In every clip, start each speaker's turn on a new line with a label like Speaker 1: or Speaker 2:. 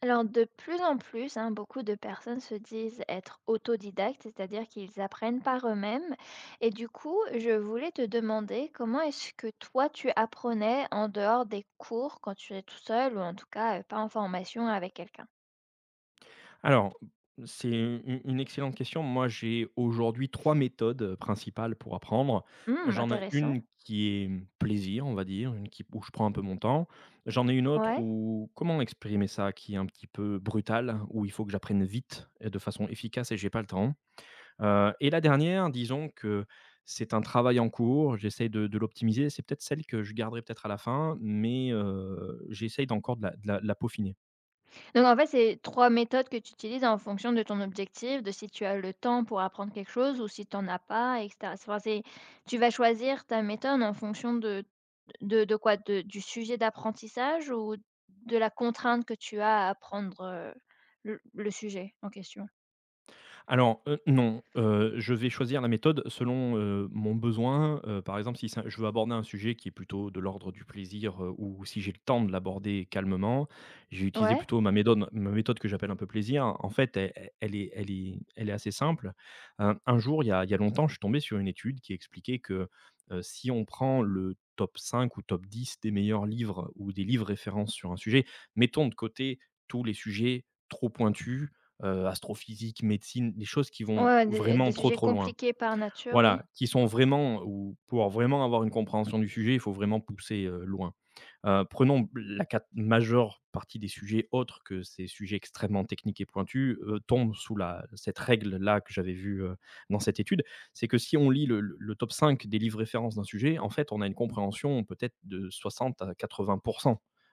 Speaker 1: Alors, de plus en plus, hein, beaucoup de personnes se disent être autodidactes, c'est-à-dire qu'ils apprennent par eux-mêmes. Et du coup, je voulais te demander comment est-ce que toi, tu apprenais en dehors des cours quand tu es tout seul ou en tout cas pas en formation avec quelqu'un?
Speaker 2: Alors, c'est une excellente question. Moi, j'ai aujourd'hui 3 méthodes, principales pour apprendre. J'en ai
Speaker 1: Intéressant.
Speaker 2: une qui est plaisir, on va dire, une qui où je prends un peu mon temps. J'en ai une autre
Speaker 1: Ouais.
Speaker 2: où comment exprimer ça? Qui est un petit peu brutale, où il faut que j'apprenne vite et de façon efficace et j'ai pas le temps. Et la dernière, disons que c'est un travail en cours, j'essaye de l'optimiser. C'est peut-être celle que je garderai peut-être à la fin, mais j'essaye d'encore de la peaufiner.
Speaker 1: Donc en fait, c'est trois méthodes que tu utilises en fonction de ton objectif, de si tu as le temps pour apprendre quelque chose ou si tu n'en as pas, etc. Enfin, tu vas choisir ta méthode en fonction de. De quoi? De du sujet d'apprentissage ou de la contrainte que tu as à apprendre, heu, le sujet en question?
Speaker 2: Alors, non, je vais choisir la méthode selon, mon besoin. Par exemple, si c'est un je veux aborder un sujet qui est plutôt de l'ordre du plaisir, ou si j'ai le temps de l'aborder calmement, j'ai utilisé
Speaker 1: Ouais,
Speaker 2: plutôt ma méthode que j'appelle un peu plaisir. En fait, elle est assez simple. Un jour, il y a longtemps, je suis tombé sur une étude qui expliquait que, si on prend le top 5 ou top 10 des meilleurs livres ou des livres références sur un sujet, mettons de côté tous les sujets trop pointus, astrophysique, médecine, des choses qui
Speaker 1: ouais,
Speaker 2: vont
Speaker 1: ouais, des
Speaker 2: vraiment
Speaker 1: des
Speaker 2: trop,
Speaker 1: sujets
Speaker 2: trop loin.
Speaker 1: compliqués par nature, oui.
Speaker 2: Voilà, qui sont vraiment ou pour vraiment avoir une compréhension du sujet, il faut vraiment pousser, loin. Prenons la cat majeure partie des sujets autres que ces sujets extrêmement techniques et pointus, tombent sous la cette règle-là que j'avais vue, dans cette étude. C'est que si on lit le top 5 des livres références d'un sujet, en fait, on a une compréhension peut-être de 60 à 80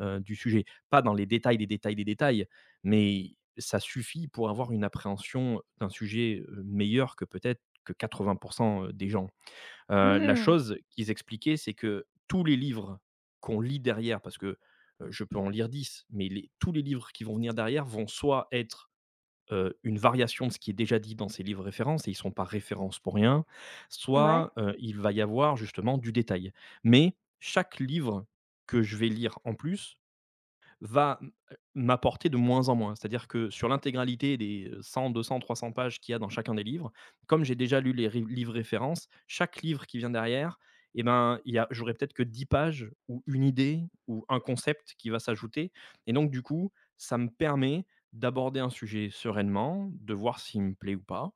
Speaker 2: du sujet. Pas dans les détails des détails des détails, mais ça suffit pour avoir une appréhension d'un sujet, meilleure que peut-être que 80 des gens. La
Speaker 1: Mmh.
Speaker 2: chose qu'ils expliquaient, c'est que tous les livres qu'on lit derrière, parce que, je peux en lire 10, mais les tous les livres qui vont venir derrière vont soit être, une variation de ce qui est déjà dit dans ces livres références et ils sont pas références pour rien,
Speaker 1: Ouais.
Speaker 2: soit, il va y avoir justement du détail. Mais chaque livre que je vais lire en plus va m'apporter de moins en moins. C'est-à-dire que sur l'intégralité des 100, 200, 300 pages qu'il y a dans chacun des livres, comme j'ai déjà lu les ri livres références, chaque livre qui vient derrière et ben, il y a j'aurais peut-être que 10 pages ou une idée ou un concept qui va s'ajouter et donc du coup, ça me permet d'aborder un sujet sereinement, de voir s'il me plaît ou pas,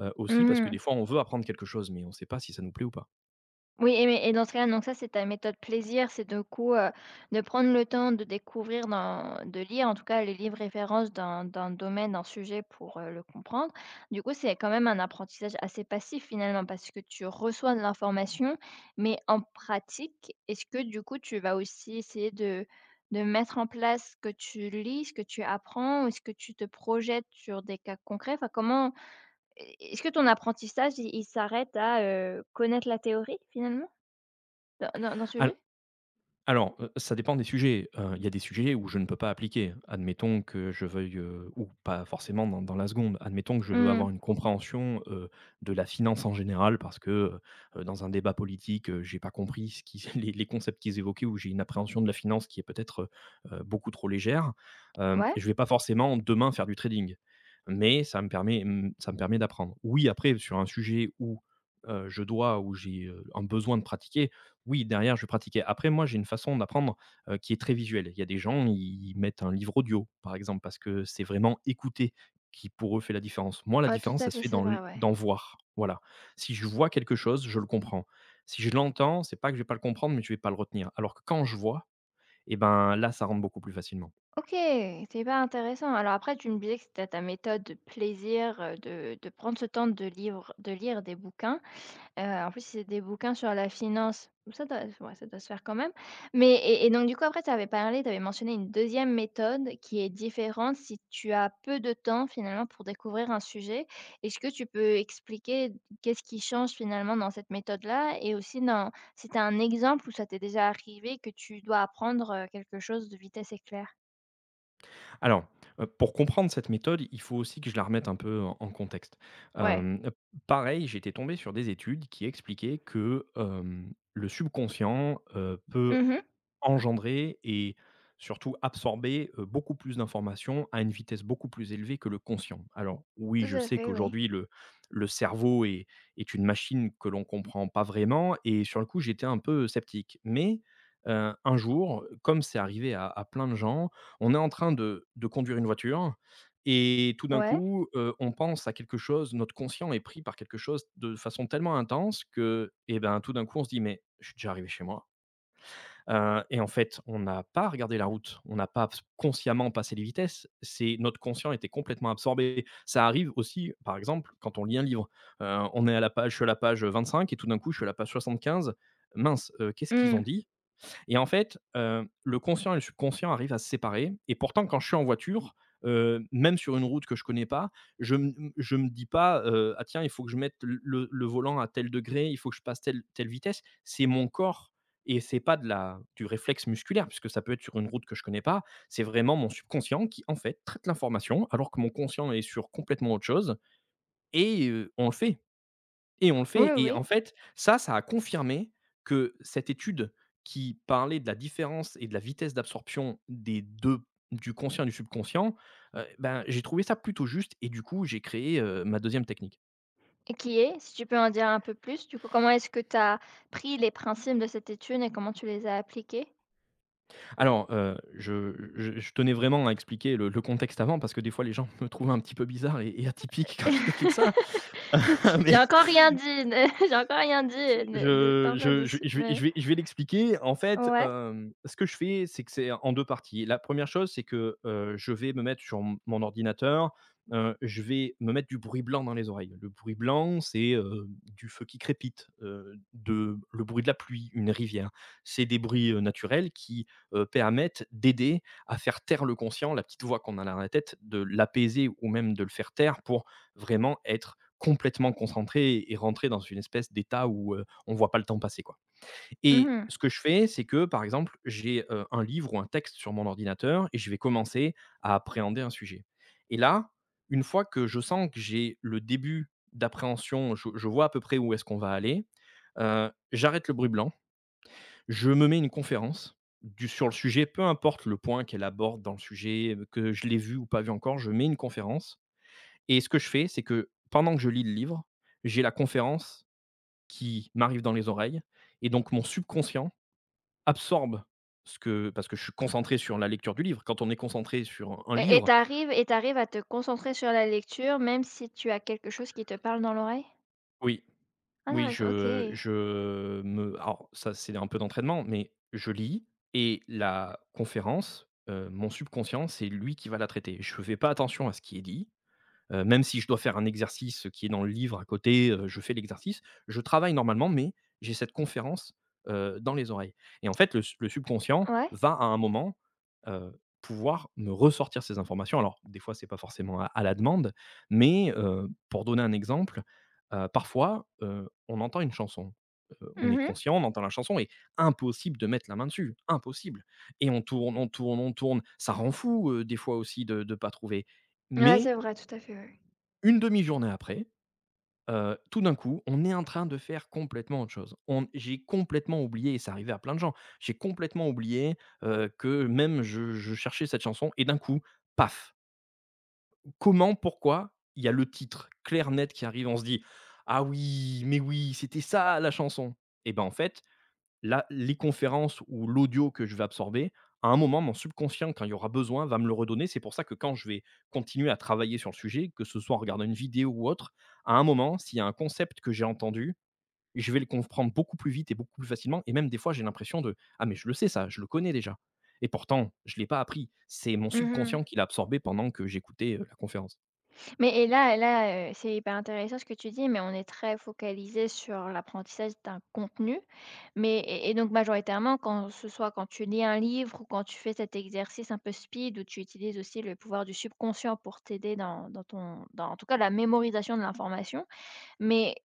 Speaker 2: aussi parce que des
Speaker 1: Mmh.
Speaker 2: fois on veut apprendre quelque chose mais on ne sait pas si ça nous plaît ou pas.
Speaker 1: Oui et mais et dans ce cas-là, donc ça, c'est ta méthode plaisir, c'est du coup, de prendre le temps de découvrir dans de lire en tout cas les livres références d'un domaine, d'un sujet pour, le comprendre. Du coup, c'est quand même un apprentissage assez passif finalement parce que tu reçois de l'information, mais en pratique, est-ce que du coup, tu vas aussi essayer de mettre en place ce que tu lis, ce que tu apprends? Ou est-ce que tu te projettes sur des cas concrets? Enfin, comment est ce que ton apprentissage, il s'arrête à, connaître la théorie finalement? D'un sujet?
Speaker 2: Alors, ça dépend des sujets. Il y a des sujets où je ne peux pas appliquer. Admettons que je veuille, ou pas forcément dans la seconde, admettons que je veux
Speaker 1: Mmh.
Speaker 2: avoir une compréhension, de la finance en général parce que, dans un débat politique, j'ai pas compris ce qui les concepts qu'ils évoquaient ou j'ai une appréhension de la finance qui est peut-être, beaucoup trop légère.
Speaker 1: Ouais,
Speaker 2: Je vais pas forcément demain faire du trading, mais ça me permet d'apprendre. Oui, après sur un sujet où, où j'ai, un besoin de pratiquer, oui, derrière, je pratiquais. Après, moi, j'ai une façon d'apprendre, qui est très visuelle. Il y a des gens, ils mettent un livre audio, par exemple, parce que c'est vraiment écouter qui, pour eux, fait la différence. Moi, la
Speaker 1: ouais, tout
Speaker 2: différence,
Speaker 1: à
Speaker 2: ça se
Speaker 1: fait,
Speaker 2: fait
Speaker 1: c'est vrai, ouais.
Speaker 2: dans voir, voilà. Si je vois quelque chose, je le comprends. Si je l'entends, c'est pas que je vais pas le comprendre, mais je vais pas le retenir. Alors que quand je vois, eh ben, là, ça rentre beaucoup plus facilement.
Speaker 1: OK, c'est hyper intéressant. Alors après, tu me disais que c'était ta méthode de plaisir, de prendre ce temps de lire des bouquins. En plus, c'est des bouquins sur la finance. Ça doit, ouais, ça doit se faire quand même. Mais et donc du coup, après, tu avais mentionné une deuxième méthode qui est différente si tu as peu de temps, finalement, pour découvrir un sujet. Est-ce que tu peux expliquer qu'est-ce qui change, finalement, dans cette méthode-là? Et aussi dans si tu as un exemple où ça t'est déjà arrivé que tu dois apprendre, quelque chose de vitesse éclair?
Speaker 2: Alors, pour comprendre cette méthode, il faut aussi que je la remette un peu en contexte.
Speaker 1: Ouais.
Speaker 2: Hem, Pareil, j'étais tombé sur des études qui expliquaient que, le subconscient, peut
Speaker 1: Mmh mh.
Speaker 2: engendrer et surtout absorber, beaucoup plus d'informations à une vitesse beaucoup plus élevée que le conscient. Alors
Speaker 1: Tout
Speaker 2: oui, je
Speaker 1: à
Speaker 2: sais
Speaker 1: fait, oui.
Speaker 2: qu'aujourd'hui le cerveau est une machine que l'on comprend pas vraiment et sur le coup, j'étais un peu sceptique. Mais, un jour, comme c'est arrivé à plein de gens, on est en train de conduire une voiture et tout d'un
Speaker 1: Ouais.
Speaker 2: coup, on pense à quelque chose, notre conscient est pris par quelque chose de façon tellement intense que, eh ben, tout d'un coup, on se dit: «Mais je suis déjà arrivé chez moi». Et en fait, on n'a pas regardé la route, on n'a pas consciemment passé les vitesses, c'est notre conscient était complètement absorbé. Ça arrive aussi, par exemple, quand on lit un livre. Heu, on est à la page Je suis à la page 25 et tout d'un coup, je suis à la page 75. Mince, qu'est-ce qu'ils ont
Speaker 1: Mmh.
Speaker 2: dit? Et en fait, le conscient et le subconscient arrivent à se séparer et pourtant quand je suis en voiture, même sur une route que je connais pas, je me dis pas: «Ah tiens, il faut que je mette le volant à tel degré, il faut que je passe telle vitesse». C'est mon corps et c'est pas de la du réflexe musculaire puisque ça peut être sur une route que je connais pas. C'est vraiment mon subconscient qui, en fait, traite l'information alors que mon conscient est sur complètement autre chose et on le fait. Et on le
Speaker 1: Oui,
Speaker 2: fait
Speaker 1: oui,
Speaker 2: et en
Speaker 1: oui.
Speaker 2: fait, ça a confirmé que cette étude qui parlait de la différence et de la vitesse d'absorption des 2, du conscient et du subconscient, ben, j'ai trouvé ça plutôt juste et du coup, j'ai créé, ma deuxième technique.
Speaker 1: Et qui est? Si tu peux en dire un peu plus, du coup, comment est-ce que tu as pris les principes de cette étude et comment tu les as appliqués?
Speaker 2: Alors, je tenais vraiment à expliquer le contexte avant parce que des fois les gens me trouvent un petit peu bizarre et atypique quand j'explique ça,
Speaker 1: J'ai
Speaker 2: mais
Speaker 1: encore rien dit, ne j'ai encore rien dit, ne parle pas dessus,
Speaker 2: je vais, je
Speaker 1: mais.
Speaker 2: vais, je vais l'expliquer. En fait,
Speaker 1: Ouais.
Speaker 2: ce que je fais, c'est que c'est en deux parties. La première chose, c'est que je vais me mettre sur mon ordinateur, je vais me mettre du bruit blanc dans les oreilles. Le bruit blanc, c'est du feu qui crépite, le bruit de la pluie, une rivière. C'est des bruits naturels qui permettent d'aider à faire taire le conscient, la petite voix qu'on a dans la tête, de l'apaiser ou même de le faire taire pour vraiment être complètement concentré et rentrer dans une espèce d'état où on voit pas le temps passer quoi. Et
Speaker 1: Mmh.
Speaker 2: ce que je fais, c'est que par exemple, j'ai un livre ou un texte sur mon ordinateur et je vais commencer à appréhender un sujet. Et là, une fois que je sens que j'ai le début d'appréhension, je vois à peu près où est-ce qu'on va aller, j'arrête le bruit blanc, je me mets une conférence sur le sujet, peu importe le point qu'elle aborde dans le sujet, que je l'ai vu ou pas vu encore, je mets une conférence. Et ce que je fais, c'est que pendant que je lis le livre, j'ai la conférence qui m'arrive dans les oreilles. Et donc mon subconscient absorbe ce que parce que je suis concentré sur la lecture du livre. Quand on est concentré sur un
Speaker 1: et et
Speaker 2: livre,
Speaker 1: tu et t'arrives à te concentrer sur la lecture même si tu as quelque chose qui te parle dans l'oreille?
Speaker 2: oui, oui,
Speaker 1: Intéressant, OK.
Speaker 2: je me alors ça, c'est un peu d'entraînement, mais je lis et la conférence, mon subconscient, c'est lui qui va la traiter. Je fais pas attention à ce qui est dit. Même si je dois faire un exercice qui est dans le livre à côté, je fais l'exercice. Je travaille normalement, mais j'ai cette conférence, dans les oreilles et en fait, le subconscient
Speaker 1: Ouais.
Speaker 2: va à un moment, pouvoir me ressortir ces informations. Alors, des fois, c'est pas forcément à la demande, mais, pour donner un exemple, parfois, on entend une chanson. On est
Speaker 1: Mmh.
Speaker 2: conscient, on entend la chanson et impossible de mettre la main dessus, impossible et on tourne, on tourne, on tourne. Ça rend fou, des fois aussi de pas trouver,
Speaker 1: Ouais,
Speaker 2: mais
Speaker 1: c'est vrai, tout à fait, ouais.
Speaker 2: une demi-journée après, tout d'un coup, on est en train de faire complètement autre chose. On J'ai complètement oublié et ça arrivait à plein de gens. J'ai complètement oublié, que même je cherchais cette chanson et d'un coup, paf! Comment? Pourquoi? Il y a le titre clair, net qui arrive. On se dit: «Ah oui, mais oui, c'était ça la chanson» et ben, en fait, là, les conférences ou l'audio que je vais absorber, à un moment, mon subconscient, quand il y aura besoin, va me le redonner. C'est pour ça que quand je vais continuer à travailler sur le sujet, que ce soit en regardant une vidéo ou autre, à un moment, s'il y a un concept que j'ai entendu, je vais le comprendre beaucoup plus vite et beaucoup plus facilement. Et même des fois, j'ai l'impression de: ah, mais je le sais, ça, je le connais déjà. Et pourtant, je ne l'ai pas appris. C'est mon
Speaker 1: Mmh.
Speaker 2: subconscient qui l'a absorbé pendant que j'écoutais la conférence.
Speaker 1: Mais et là, c'est hyper intéressant ce que tu dis, mais on est très focalisé sur l'apprentissage d'un contenu. Mais et donc majoritairement, quand ce soit quand tu lis un livre ou quand tu fais cet exercice un peu speed où tu utilises aussi le pouvoir du subconscient pour t'aider dans en tout cas la mémorisation de l'information. Mais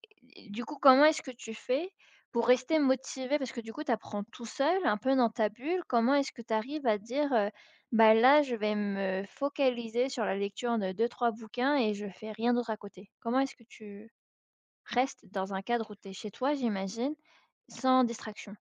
Speaker 1: du coup, comment est-ce que tu fais pour rester motivé? Parce que du coup, tu apprends tout seul, un peu dans ta bulle. Comment est-ce que tu arrives à dire: «Bah, là, je vais me focaliser sur la lecture de deux trois bouquins et je fais rien d'autre à côté»? Comment est-ce que tu restes dans un cadre où tu es chez toi, j'imagine, sans distraction?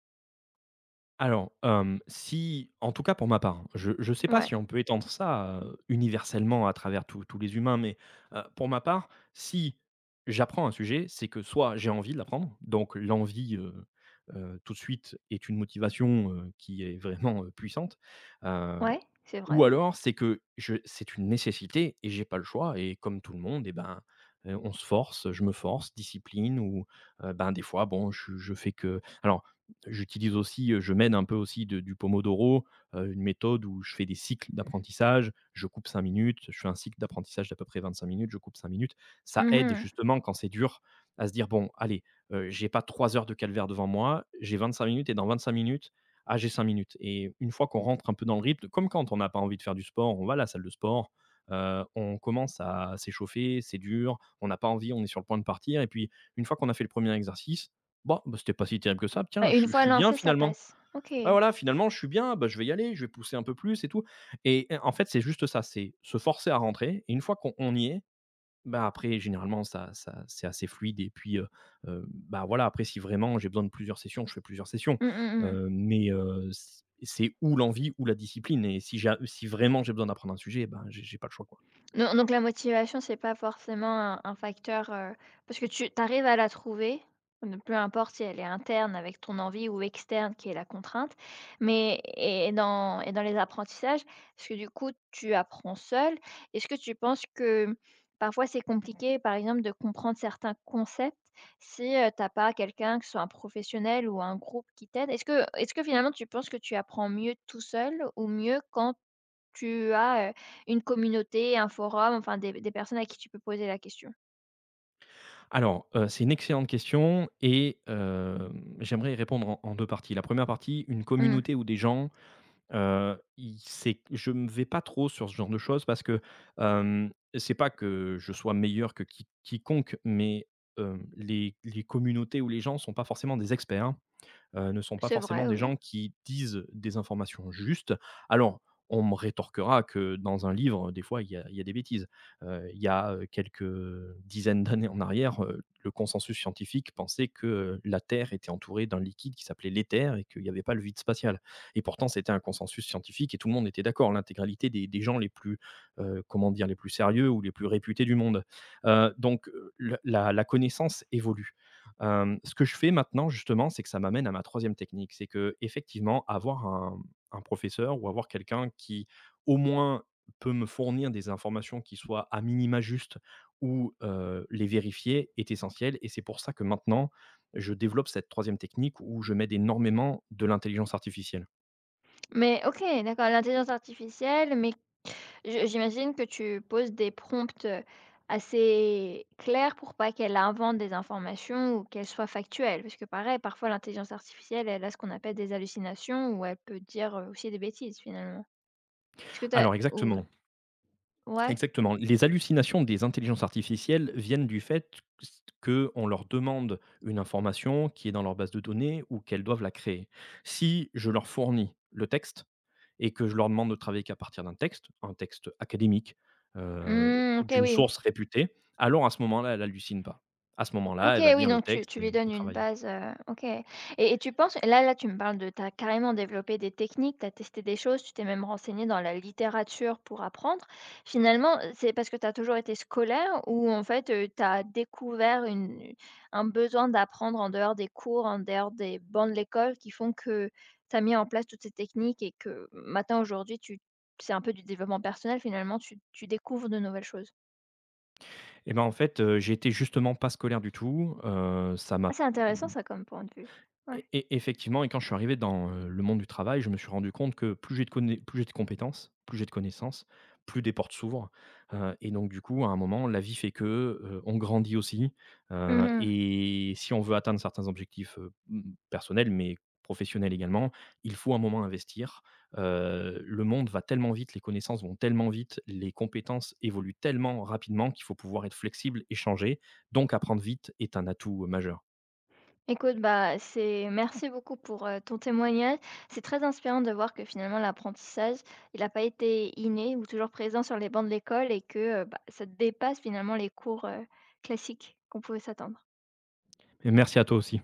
Speaker 2: Alors, si en tout cas pour ma part, hein, je sais pas
Speaker 1: Ouais,
Speaker 2: si on peut étendre ça, universellement à travers tous les humains, mais, pour ma part, si j'apprends un sujet, c'est que soit j'ai envie de l'apprendre, donc l'envie, tout de suite est une motivation, qui est vraiment, puissante,
Speaker 1: ouais, c'est vrai,
Speaker 2: ou
Speaker 1: oui.
Speaker 2: alors, c'est que je c'est une nécessité et j'ai pas le choix et comme tout le monde et ben, on se force, je me force, discipline ou, ben, des fois bon je fais que. Alors j'utilise aussi, je m'aide un peu aussi de du Pomodoro, une méthode où je fais des cycles d'apprentissage. Je coupe 5 minutes, je fais un cycle d'apprentissage d'à peu près 25 minutes, je coupe 5 minutes. Ça
Speaker 1: Mmh
Speaker 2: aide
Speaker 1: mh.
Speaker 2: justement quand c'est dur, à se dire: «Bon allez, j'ai pas 3 heures de calvaire devant moi, j'ai 25 minutes et dans 25 minutes ah, j'ai 5 minutes.» Et une fois qu'on rentre un peu dans le rythme, comme quand on n'a pas envie de faire du sport, on va à la salle de sport, on commence à s'échauffer, c'est dur, on n'a pas envie, on est sur le point de partir, et puis une fois qu'on a fait le premier exercice, bon, bah, c'était pas si terrible que ça,
Speaker 1: Bah,
Speaker 2: tiens, je
Speaker 1: une
Speaker 2: suis je
Speaker 1: fois
Speaker 2: suis bien
Speaker 1: lancé, ça
Speaker 2: finalement.
Speaker 1: passe. OK.
Speaker 2: Ah voilà, finalement, je suis bien, bah, je vais y aller, je vais pousser un peu plus et tout, et en fait, c'est juste ça, c'est se forcer à rentrer, et une fois qu'on on y est, bah, après généralement ça c'est assez fluide et puis, bah, voilà. Après si vraiment j'ai besoin de plusieurs sessions, je fais plusieurs sessions,
Speaker 1: Mmh mh, mmh.
Speaker 2: mais c'est ou l'envie ou la discipline, et si vraiment j'ai besoin d'apprendre un sujet, ben, j'ai pas le choix, quoi.
Speaker 1: Non, donc la motivation, c'est pas forcément un facteur, parce que tu arrives à la trouver, ne peu importe si elle est interne avec ton envie ou externe qui est la contrainte, mais et dans les apprentissages, parce que du coup, tu apprends seul. Est-ce que tu penses que parfois c'est compliqué, par exemple, de comprendre certains concepts si, tu pas quelqu'un, que ce soit un professionnel ou un groupe qui t'aide? Est-ce que finalement tu penses que tu apprends mieux tout seul ou mieux quand tu as, une communauté, un forum, enfin des personnes à qui tu peux poser la question.
Speaker 2: Alors, c'est une excellente question et hem, j'aimerais y répondre en deux parties. La première partie, une
Speaker 1: Mmh,
Speaker 2: communauté ou des gens. Il c'est je me vais pas trop sur ce genre de choses parce que, hem, c'est pas que je sois meilleur que quiconque, mais, les communautés ou les gens sont pas forcément des experts, hein, ne sont pas
Speaker 1: c'est
Speaker 2: forcément
Speaker 1: vrai,
Speaker 2: des
Speaker 1: oui.
Speaker 2: gens qui disent des informations justes. Alors, on me rétorquera que dans un livre, des fois, il y a des bêtises. Il y a, quelques dizaines d'années en arrière, le consensus scientifique pensait que, la Terre était entourée d'un liquide qui s'appelait l'éther et qu'il n'y avait pas le vide spatial, et pourtant c'était un consensus scientifique et tout le monde était d'accord. L'intégralité des gens les plus, comment dire? Les plus sérieux ou les plus réputés du monde. Donc, la connaissance évolue. Hem, ce que je fais maintenant justement, c'est que ça m'amène à ma troisième technique. C'est que effectivement, avoir un professeur ou avoir quelqu'un qui, au moins, peut me fournir des informations qui soient à minima justes ou, les vérifier est essentiel, et c'est pour ça que maintenant, je développe cette troisième technique où je mets énormément de l'intelligence artificielle.
Speaker 1: Mais OK, d'accord, l'intelligence artificielle, mais je j'imagine que tu poses des prompts, assez clairs pour pas qu'elle invente des informations ou qu'elle soit factuelle. Parce que pareil, parfois l'intelligence artificielle, elle a ce qu'on appelle des hallucinations ou elle peut dire, aussi des bêtises finalement. Est-ce que t'as
Speaker 2: Alors
Speaker 1: ou
Speaker 2: exactement.
Speaker 1: ouais?
Speaker 2: Exactement. Les hallucinations des intelligences artificielles viennent du fait qu'on leur demande une information qui est dans leur base de données, ou qu'elles doivent la créer. Si je leur fournis le texte et que je leur demande de travailler qu'à partir d'un texte, un texte académique, heu,
Speaker 1: Mmh, OK,
Speaker 2: d'une
Speaker 1: oui.
Speaker 2: source réputée, alors à ce moment-là, elle hallucine pas. À ce moment-là,
Speaker 1: OK,
Speaker 2: elle va
Speaker 1: oui,
Speaker 2: lire le
Speaker 1: donc tu
Speaker 2: texte
Speaker 1: tu lui
Speaker 2: et
Speaker 1: donnes une
Speaker 2: travailler.
Speaker 1: base, OK et tu penses là, tu me parles de tu as carrément développé des techniques, tu as testé des choses, tu t'es même renseigné dans la littérature pour apprendre. Finalement, c'est parce que tu as toujours été scolaire ou en fait, tu as découvert une un besoin d'apprendre en dehors des cours, en dehors des bancs de l'école qui font que tu as mis en place toutes ces techniques et que maintenant, aujourd'hui, tu c'est un peu du développement personnel finalement, tu découvres de nouvelles choses.
Speaker 2: Et ben, en fait, j'ai été justement pas scolaire du tout, ça
Speaker 1: Ah,
Speaker 2: m'a...
Speaker 1: c'est intéressant ça comme point de vue.
Speaker 2: Et
Speaker 1: Ouais.
Speaker 2: effectivement, et quand je suis arrivé dans, le monde du travail, je me suis rendu compte que plus j'ai de compétences, plus j'ai de connaissances, plus des portes s'ouvrent, et donc du coup, à un moment, la vie fait que, on grandit aussi,
Speaker 1: Mmh.
Speaker 2: et si on veut atteindre certains objectifs, personnels, mais professionnels également, il faut un moment investir. Le monde va tellement vite, les connaissances vont tellement vite, les compétences évoluent tellement rapidement qu'il faut pouvoir être flexible et changer, donc apprendre vite est un atout, majeur.
Speaker 1: Écoute, bah, c'est merci beaucoup pour ton témoignage. C'est très inspirant de voir que finalement l'apprentissage, il n'a pas été inné ou toujours présent sur les bancs de l'école et que bah, ça dépasse finalement les cours classiques qu'on pouvait s'attendre.
Speaker 2: Et merci à toi aussi.